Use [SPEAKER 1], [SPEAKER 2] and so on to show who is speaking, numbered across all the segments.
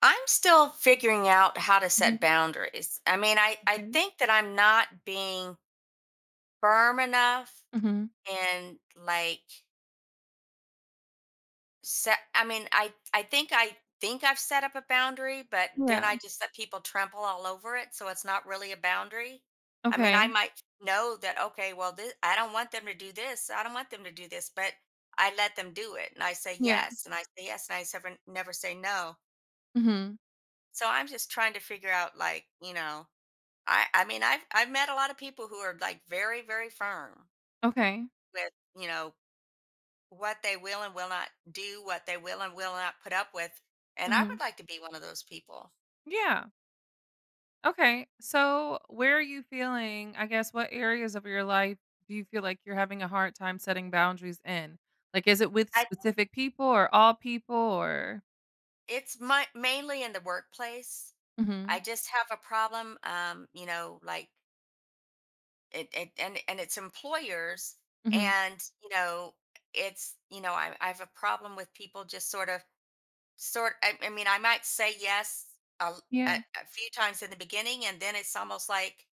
[SPEAKER 1] I'm still figuring out how to set
[SPEAKER 2] Mhm,
[SPEAKER 1] boundaries. I mean, I
[SPEAKER 2] okay.
[SPEAKER 1] think that I'm not being firm enough,
[SPEAKER 2] Mhm.
[SPEAKER 1] and like set I mean, I think I've set up a boundary, but then I
[SPEAKER 2] Yeah.
[SPEAKER 1] just let people trample all over it, so it's not really a boundary. I mean,
[SPEAKER 2] Okay.
[SPEAKER 1] I might know that, okay, well, this, I don't want them to do this. I don't want them to do this, but I let them do it, and I say
[SPEAKER 2] Yeah.
[SPEAKER 1] yes, and I say yes, and I never say no.
[SPEAKER 2] Mhm.
[SPEAKER 1] So I'm just trying to figure out, like, you know, I mean, I've met a lot of people who are like very, very firm
[SPEAKER 2] Okay.
[SPEAKER 1] with, you know, what they will and will not do, what they will and will not put up with. And I
[SPEAKER 2] Mhm.
[SPEAKER 1] would like to be one of those people.
[SPEAKER 2] Yeah. Okay. So, where are you feeling, I guess, what areas of your life do you feel like you're having a hard time setting boundaries in? Like, is it with
[SPEAKER 1] I
[SPEAKER 2] specific people or all people or—
[SPEAKER 1] it's my mainly in the workplace.
[SPEAKER 2] Mhm.
[SPEAKER 1] I just have a problem, you know, like it's employers
[SPEAKER 2] Mhm.
[SPEAKER 1] and, you know, it's, you know, I have a problem with people just sort of I mean, I might say yes
[SPEAKER 2] Yeah.
[SPEAKER 1] a few times in the beginning, and then it's almost like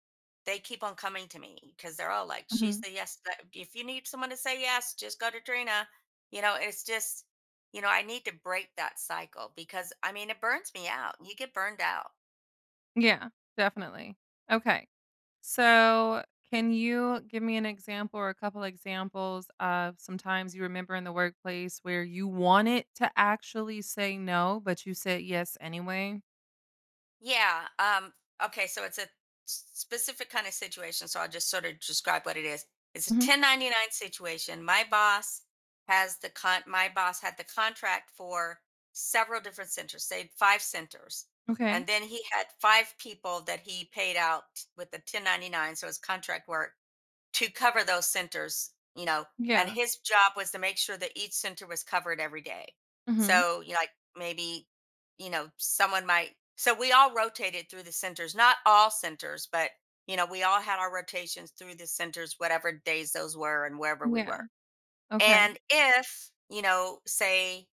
[SPEAKER 1] they keep on coming to me because they're all like, "She's
[SPEAKER 2] Mhm.
[SPEAKER 1] the yes." If you need someone to say yes, just go to Trina. You know, it's just, you know, I need to break that cycle because I mean, it burns me out. You get burned out.
[SPEAKER 2] Yeah. Definitely. Okay. So, can you give me an example or a couple examples of sometimes you remember in the workplace where you wanted to actually say no, but you said yes anyway?
[SPEAKER 1] Yeah. Okay. So it's a specific kind of situation. So I'll just sort of describe what it is. It's a
[SPEAKER 2] Mhm.
[SPEAKER 1] 1099 situation. My boss has the con. My boss had the contract for several different centers. Say five centers,
[SPEAKER 2] Okay.
[SPEAKER 1] and then he had five people that he paid out with the 1099. So it's contract work, to cover those centers, you know, and
[SPEAKER 2] Yeah.
[SPEAKER 1] his job was to make sure that each center was covered every day.
[SPEAKER 2] Mhm.
[SPEAKER 1] So, you know, like maybe, you know, someone might, so we all rotated through the centers, not all centers, but, you know, we all had our rotations through the centers, whatever days those were and wherever we
[SPEAKER 2] Yeah.
[SPEAKER 1] were.
[SPEAKER 2] Okay.
[SPEAKER 1] And if, you know, say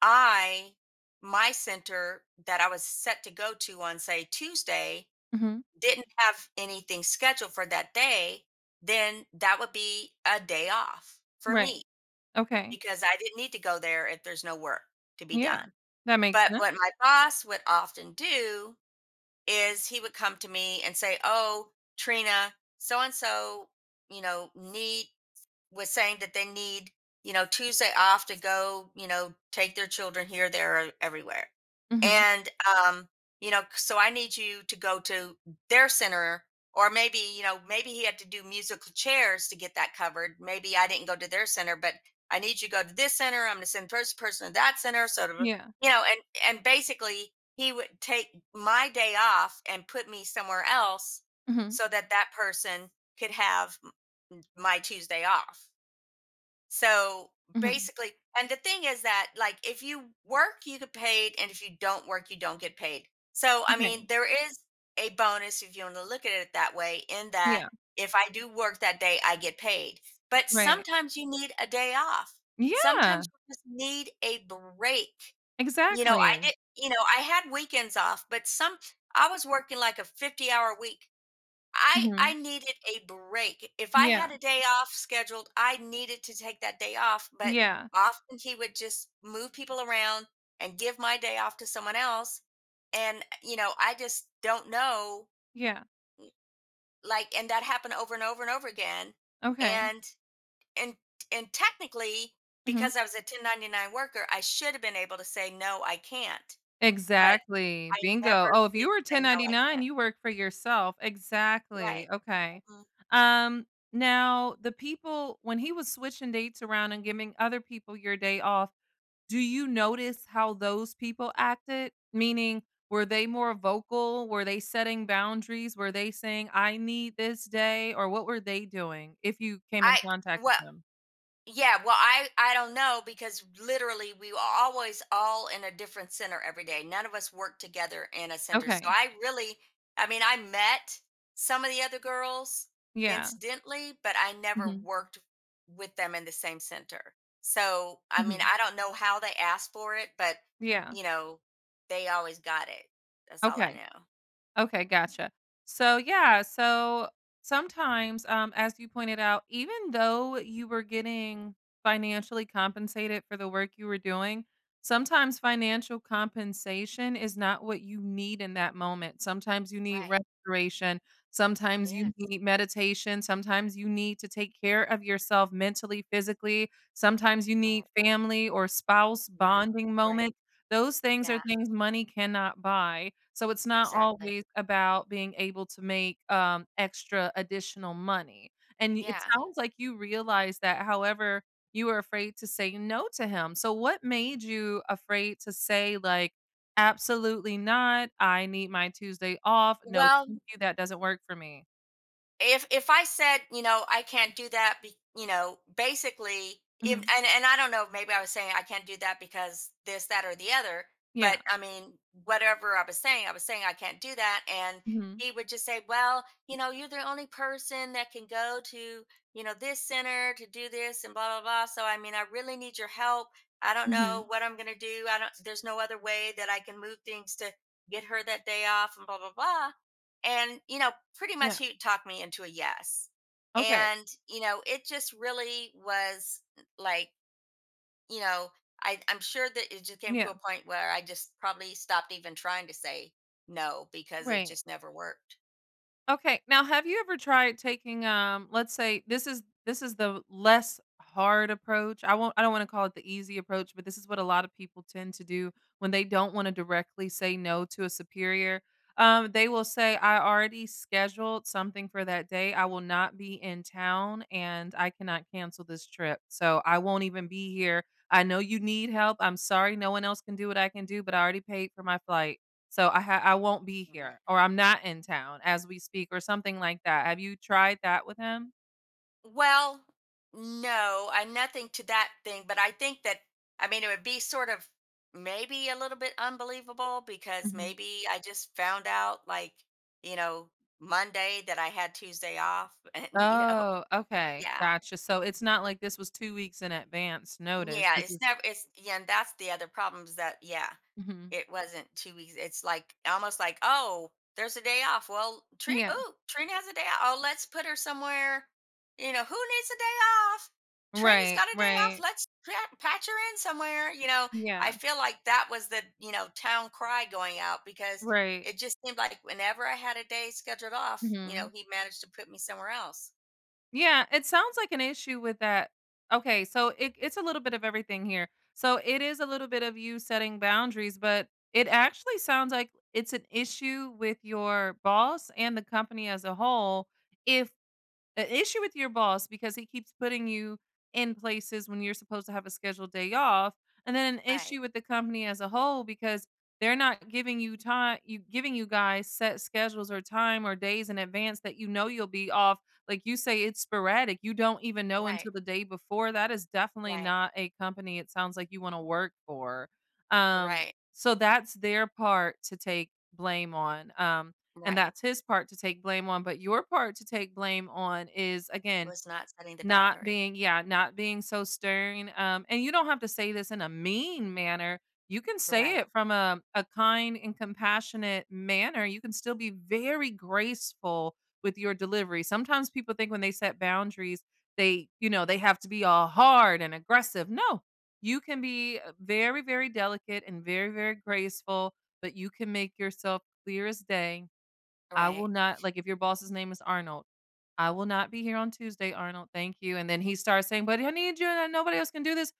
[SPEAKER 1] I, my center that I was set to go to on, say, Tuesday,
[SPEAKER 2] Mhm.
[SPEAKER 1] didn't have anything scheduled for that day, then that would be a day off for me
[SPEAKER 2] Right. Okay.
[SPEAKER 1] because I didn't need to go there if there's no work to be
[SPEAKER 2] Yeah.
[SPEAKER 1] done.
[SPEAKER 2] That makes
[SPEAKER 1] But
[SPEAKER 2] sense.
[SPEAKER 1] what my boss would often do is he would come to me and say, "Oh, Trina, so and so, you know, need was saying that they need, you know, Tuesday off to go, you know, take their children here, there, or everywhere.
[SPEAKER 2] Mhm.
[SPEAKER 1] And, um, you know, so I need you to go to their center, or maybe, you know, maybe he had to do musical chairs to get that covered. Maybe I didn't go to their center, but I need you to go to this center. I'm going to send first person to that center, sort of,
[SPEAKER 2] Yeah.
[SPEAKER 1] you know, and basically he would take my day off and put me somewhere else
[SPEAKER 2] Mhm.
[SPEAKER 1] so that that person could have my Tuesday off so
[SPEAKER 2] Mhm.
[SPEAKER 1] basically, and the thing is that like if you work, you get paid, and if you don't work, you don't get paid. So I mean,
[SPEAKER 2] Okay.
[SPEAKER 1] there is a bonus if you want to look at it that way, in that
[SPEAKER 2] Yeah.
[SPEAKER 1] if I do work that day, I get paid. But
[SPEAKER 2] Right.
[SPEAKER 1] sometimes you need a day off.
[SPEAKER 2] Yeah.
[SPEAKER 1] Sometimes you just need a break. You know, I
[SPEAKER 2] Exactly.
[SPEAKER 1] did, you know, I had weekends off, but some I was working like a 50-hour week. I
[SPEAKER 2] Mhm.
[SPEAKER 1] I needed a break. If I
[SPEAKER 2] Yeah.
[SPEAKER 1] had a day off scheduled, I needed to take that day off, but
[SPEAKER 2] Yeah.
[SPEAKER 1] often he would just move people around and give my day off to someone else. And you know, I just don't know,
[SPEAKER 2] Yeah.
[SPEAKER 1] like, and that happened over and over and over again.
[SPEAKER 2] Okay.
[SPEAKER 1] And and and technically
[SPEAKER 2] Mhm.
[SPEAKER 1] because I was a 1099 worker, I should have been able to say no, I can't. But
[SPEAKER 2] Exactly.
[SPEAKER 1] I
[SPEAKER 2] Bingo. Oh,
[SPEAKER 1] never
[SPEAKER 2] if you
[SPEAKER 1] did
[SPEAKER 2] were
[SPEAKER 1] say no, I
[SPEAKER 2] 1099,
[SPEAKER 1] can't.
[SPEAKER 2] you work for yourself. Exactly.
[SPEAKER 1] Right.
[SPEAKER 2] Okay.
[SPEAKER 1] Mhm.
[SPEAKER 2] Um, now the people, when he was switching dates around and giving other people your day off, do you notice how those people acted? Meaning, were they more vocal? Were they setting boundaries? Were they saying, I need this day? Or what were they doing if you came in
[SPEAKER 1] I
[SPEAKER 2] contact with
[SPEAKER 1] what
[SPEAKER 2] them?
[SPEAKER 1] Yeah, well, I don't know because literally we were always all in a different center every day. None of us worked together in a center. So
[SPEAKER 2] Okay.
[SPEAKER 1] I really, I mean, I met some of the other girls
[SPEAKER 2] Yeah.
[SPEAKER 1] incidentally, but I never
[SPEAKER 2] Hmm.
[SPEAKER 1] worked with them in the same center. So, I mean,
[SPEAKER 2] Hmm.
[SPEAKER 1] I don't know how they asked for it, but
[SPEAKER 2] Yeah.
[SPEAKER 1] you know, they always got it. That's all I
[SPEAKER 2] Okay.
[SPEAKER 1] know.
[SPEAKER 2] Okay, gotcha. So, yeah, so sometimes, as you pointed out, even though you were getting financially compensated for the work you were doing, sometimes financial compensation is not what you need in that moment. Sometimes you need
[SPEAKER 1] Right.
[SPEAKER 2] restoration. Sometimes you
[SPEAKER 1] Yes.
[SPEAKER 2] need meditation. Sometimes you need to take care of yourself mentally, physically. Sometimes you
[SPEAKER 1] Right.
[SPEAKER 2] need family or spouse
[SPEAKER 1] Right.
[SPEAKER 2] bonding
[SPEAKER 1] Right.
[SPEAKER 2] moments. Those things are
[SPEAKER 1] Yeah,
[SPEAKER 2] things money cannot buy, so it's not
[SPEAKER 1] exactly.
[SPEAKER 2] always about being able to make, extra additional money, and it
[SPEAKER 1] Yeah.
[SPEAKER 2] sounds like you realize that. However, you were afraid to say no to him, so what made you afraid to say, like, "Absolutely not, I need my Tuesday off, no,
[SPEAKER 1] Well,
[SPEAKER 2] thank you, that doesn't work for me."
[SPEAKER 1] if I said, you know, I can't do that, you know, basically, if,
[SPEAKER 2] Mhm.
[SPEAKER 1] and I don't know, maybe I was saying I can't do that because this, that, or the other.
[SPEAKER 2] Yeah.
[SPEAKER 1] But I mean, whatever I was saying, I was saying I can't do that, and
[SPEAKER 2] Mhm.
[SPEAKER 1] he would just say, well, you know, you're the only person that can go to, you know, this center to do this and blah blah blah. So I mean, I really need your help. I don't know
[SPEAKER 2] Mhm.
[SPEAKER 1] what I'm gonna do. I don't. There's no other way that I can move things to get her that day off and blah blah blah, and you know, pretty much
[SPEAKER 2] Yeah.
[SPEAKER 1] he talked me into a yes.
[SPEAKER 2] Okay.
[SPEAKER 1] And you know, it just really was like, you know, I'm sure that it just came to
[SPEAKER 2] Yeah.
[SPEAKER 1] a point where I just probably stopped even trying to say no because it
[SPEAKER 2] Right.
[SPEAKER 1] just never worked.
[SPEAKER 2] Okay. Now, have you ever tried taking, let's say, this is the less hard approach. I don't want to call it the easy approach, but this is what a lot of people tend to do when they don't want to directly say no to a superior. They will say, I already scheduled something for that day. I will not be in town and I cannot cancel this trip. So, I won't even be here. I know you need help. I'm sorry, no one else can do what I can do, but I already paid for my flight, so I won't be
[SPEAKER 1] Right.
[SPEAKER 2] here, or I'm not in town, as we speak, or something like that. Have you tried that with him?
[SPEAKER 1] Well, no, I nothing to that thing, but I think that I mean it would be sort of maybe a little bit unbelievable because
[SPEAKER 2] Mhm.
[SPEAKER 1] maybe I just found out, like, you know, Monday that I had Tuesday off and you know,
[SPEAKER 2] Oh, okay.
[SPEAKER 1] yeah.
[SPEAKER 2] Gotcha. So it's not like this was 2 weeks in advance notice.
[SPEAKER 1] Yeah,
[SPEAKER 2] This
[SPEAKER 1] it's
[SPEAKER 2] is—
[SPEAKER 1] never it's yeah, and that's the other problem is that, yeah,
[SPEAKER 2] Mhm.
[SPEAKER 1] it wasn't 2 weeks. It's like almost like, "Oh, there's a day off. Well, Trina
[SPEAKER 2] Yeah.
[SPEAKER 1] oh, Trina has a day off. Oh, let's put her somewhere." You know, "Who needs a day off? Trina's
[SPEAKER 2] Right,
[SPEAKER 1] got a day off.
[SPEAKER 2] right.
[SPEAKER 1] Let's patch her in somewhere." You know, I
[SPEAKER 2] Yeah.
[SPEAKER 1] feel like that was the, you know, town cry going out because
[SPEAKER 2] Right.
[SPEAKER 1] it just seemed like whenever I had a day scheduled off, you know,
[SPEAKER 2] Mhm.
[SPEAKER 1] he managed to put me somewhere else.
[SPEAKER 2] Yeah, it sounds like an issue with that. Okay, so it's a little bit of everything here. So it is a little bit of you setting boundaries, but it actually sounds like it's an issue with your boss and the company as a whole. If An issue with your boss because he keeps putting you in places when you're supposed to have a scheduled day off, and then an
[SPEAKER 1] Right.
[SPEAKER 2] issue with the company as a whole, because they're not giving you time, you giving you guys set schedules or time or days in advance that you know you'll be off. Like you say, it's sporadic, you don't even know
[SPEAKER 1] Right.
[SPEAKER 2] until the day before. That is definitely
[SPEAKER 1] Right.
[SPEAKER 2] not a company, it sounds like, you want to work for, um
[SPEAKER 1] Right.
[SPEAKER 2] so that's their part to take blame on, and
[SPEAKER 1] Right.
[SPEAKER 2] that's his part to take blame on, but your part to take blame on is, again,
[SPEAKER 1] Was not setting the
[SPEAKER 2] not
[SPEAKER 1] boundary.
[SPEAKER 2] being, yeah, not being so stern. And you don't have to say this in a mean manner. You can say
[SPEAKER 1] Right.
[SPEAKER 2] it from a, kind and compassionate manner. You can still be very graceful with your delivery. Sometimes people think when they set boundaries, they have to be all hard and aggressive. No, you can be very, very delicate and very, very graceful, but you can make yourself clear as day. I will
[SPEAKER 1] Right.
[SPEAKER 2] not, like, if your boss's name is Arnold, "I will not be here on Tuesday, Arnold, thank you," and then he starts saying, "But I need you, and nobody else can do this."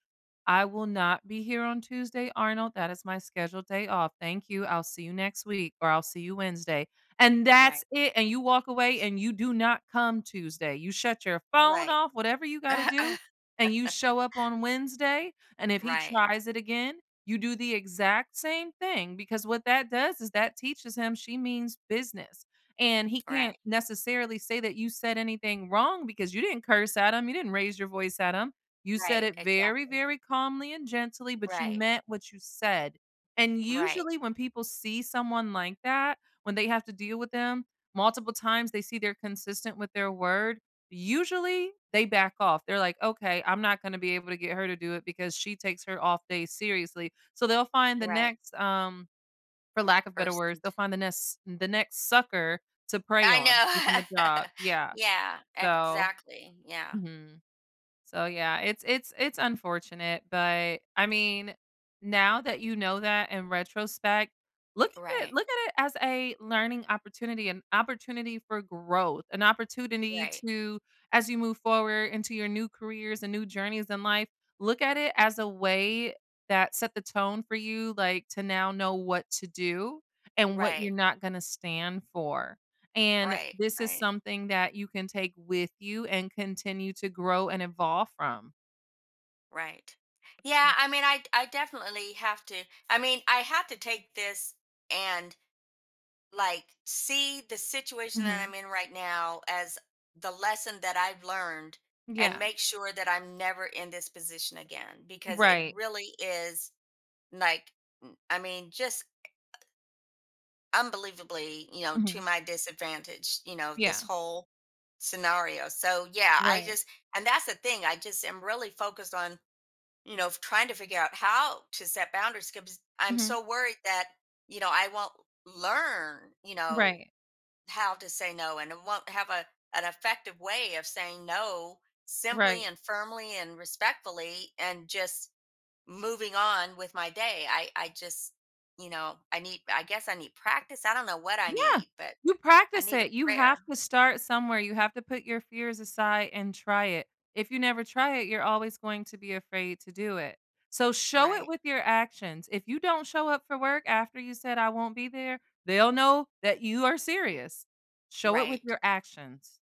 [SPEAKER 2] I will not be here on Tuesday, Arnold. That is my scheduled day off. Thank you. I'll see you next week, or I'll see you Wednesday. And
[SPEAKER 1] Right.
[SPEAKER 2] that's it. And you walk away and you do not come Tuesday. You shut your phone
[SPEAKER 1] Right.
[SPEAKER 2] off, whatever you got to do, and you show up on Wednesday. And if he
[SPEAKER 1] Right,
[SPEAKER 2] tries it again, you do the exact same thing, because what that does is that teaches him she means business. And he can't
[SPEAKER 1] right,
[SPEAKER 2] necessarily say that you said anything wrong, because you didn't curse at him, you didn't raise your voice at him, you said
[SPEAKER 1] right,
[SPEAKER 2] it very,
[SPEAKER 1] exactly.
[SPEAKER 2] very calmly and gently, but you
[SPEAKER 1] Right,
[SPEAKER 2] meant what you said. And
[SPEAKER 1] right,
[SPEAKER 2] usually, when people see someone like that, when they have to deal with them multiple times, they see they're consistent with their word. Usually, they back off. They're like, okay, I'm not going to be able to get her to do it because she takes her off days seriously. So they'll find the
[SPEAKER 1] right,
[SPEAKER 2] next, for lack of better words,
[SPEAKER 1] Person,
[SPEAKER 2] they'll find the next sucker to prey
[SPEAKER 1] I
[SPEAKER 2] on within the
[SPEAKER 1] know.
[SPEAKER 2] job. Yeah.
[SPEAKER 1] Yeah,
[SPEAKER 2] So.
[SPEAKER 1] exactly. Yeah,
[SPEAKER 2] Mhm. So yeah, it's unfortunate, but I mean, now that you know that in retrospect,
[SPEAKER 1] right,
[SPEAKER 2] look at it as a learning opportunity, an opportunity for growth, an opportunity
[SPEAKER 1] right,
[SPEAKER 2] to, as you move forward into your new careers and new journeys in life, look at it as a way that set the tone for you, like, to now know what to do and what
[SPEAKER 1] right,
[SPEAKER 2] you're not going to stand for. And
[SPEAKER 1] right,
[SPEAKER 2] this is
[SPEAKER 1] right,
[SPEAKER 2] something that you can take with you and continue to grow and evolve from.
[SPEAKER 1] right. Yeah, I mean, I definitely have to. I mean, I have to take this and like see the situation that
[SPEAKER 2] Mhm.
[SPEAKER 1] I'm in right now as the lesson that I've learned and
[SPEAKER 2] Yeah.
[SPEAKER 1] make sure that I'm never in this position again because it
[SPEAKER 2] Right.
[SPEAKER 1] really is like I mean, just unbelievably, you know, to
[SPEAKER 2] Mhm.
[SPEAKER 1] my disadvantage, you know, this
[SPEAKER 2] Yeah.
[SPEAKER 1] whole scenario. So yeah, I
[SPEAKER 2] Right.
[SPEAKER 1] just and that's the thing, I just am really focused on, you know, trying to figure out how to set boundaries because I'm
[SPEAKER 2] Mhm.
[SPEAKER 1] so worried that, you know, I won't learn, you know,
[SPEAKER 2] Right.
[SPEAKER 1] how to say no, and I won't have a an effective way of saying no simply
[SPEAKER 2] Right.
[SPEAKER 1] and firmly and respectfully and just moving on with my day. I just, you know, I need, I guess I need practice. I don't know what I
[SPEAKER 2] Yeah.
[SPEAKER 1] need, but
[SPEAKER 2] You
[SPEAKER 1] I
[SPEAKER 2] practice
[SPEAKER 1] need a
[SPEAKER 2] it. You have
[SPEAKER 1] prayer.
[SPEAKER 2] to start somewhere. You have to put your fears aside and try it. If you never try it, you're always going to be afraid to do it. So show it
[SPEAKER 1] Right.
[SPEAKER 2] with your actions. If you don't show up for work after you said I won't be there, they'll know that you are serious. Show it with
[SPEAKER 1] Right.
[SPEAKER 2] your actions.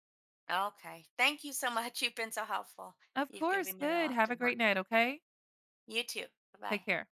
[SPEAKER 1] Okay. Thank you so much. You've been so helpful.
[SPEAKER 2] Of
[SPEAKER 1] You've
[SPEAKER 2] course.
[SPEAKER 1] given me a
[SPEAKER 2] Good.
[SPEAKER 1] lot
[SPEAKER 2] Have
[SPEAKER 1] to
[SPEAKER 2] a great
[SPEAKER 1] work
[SPEAKER 2] night,
[SPEAKER 1] with.
[SPEAKER 2] okay?
[SPEAKER 1] You too.
[SPEAKER 2] Take
[SPEAKER 1] Bye-bye.
[SPEAKER 2] care.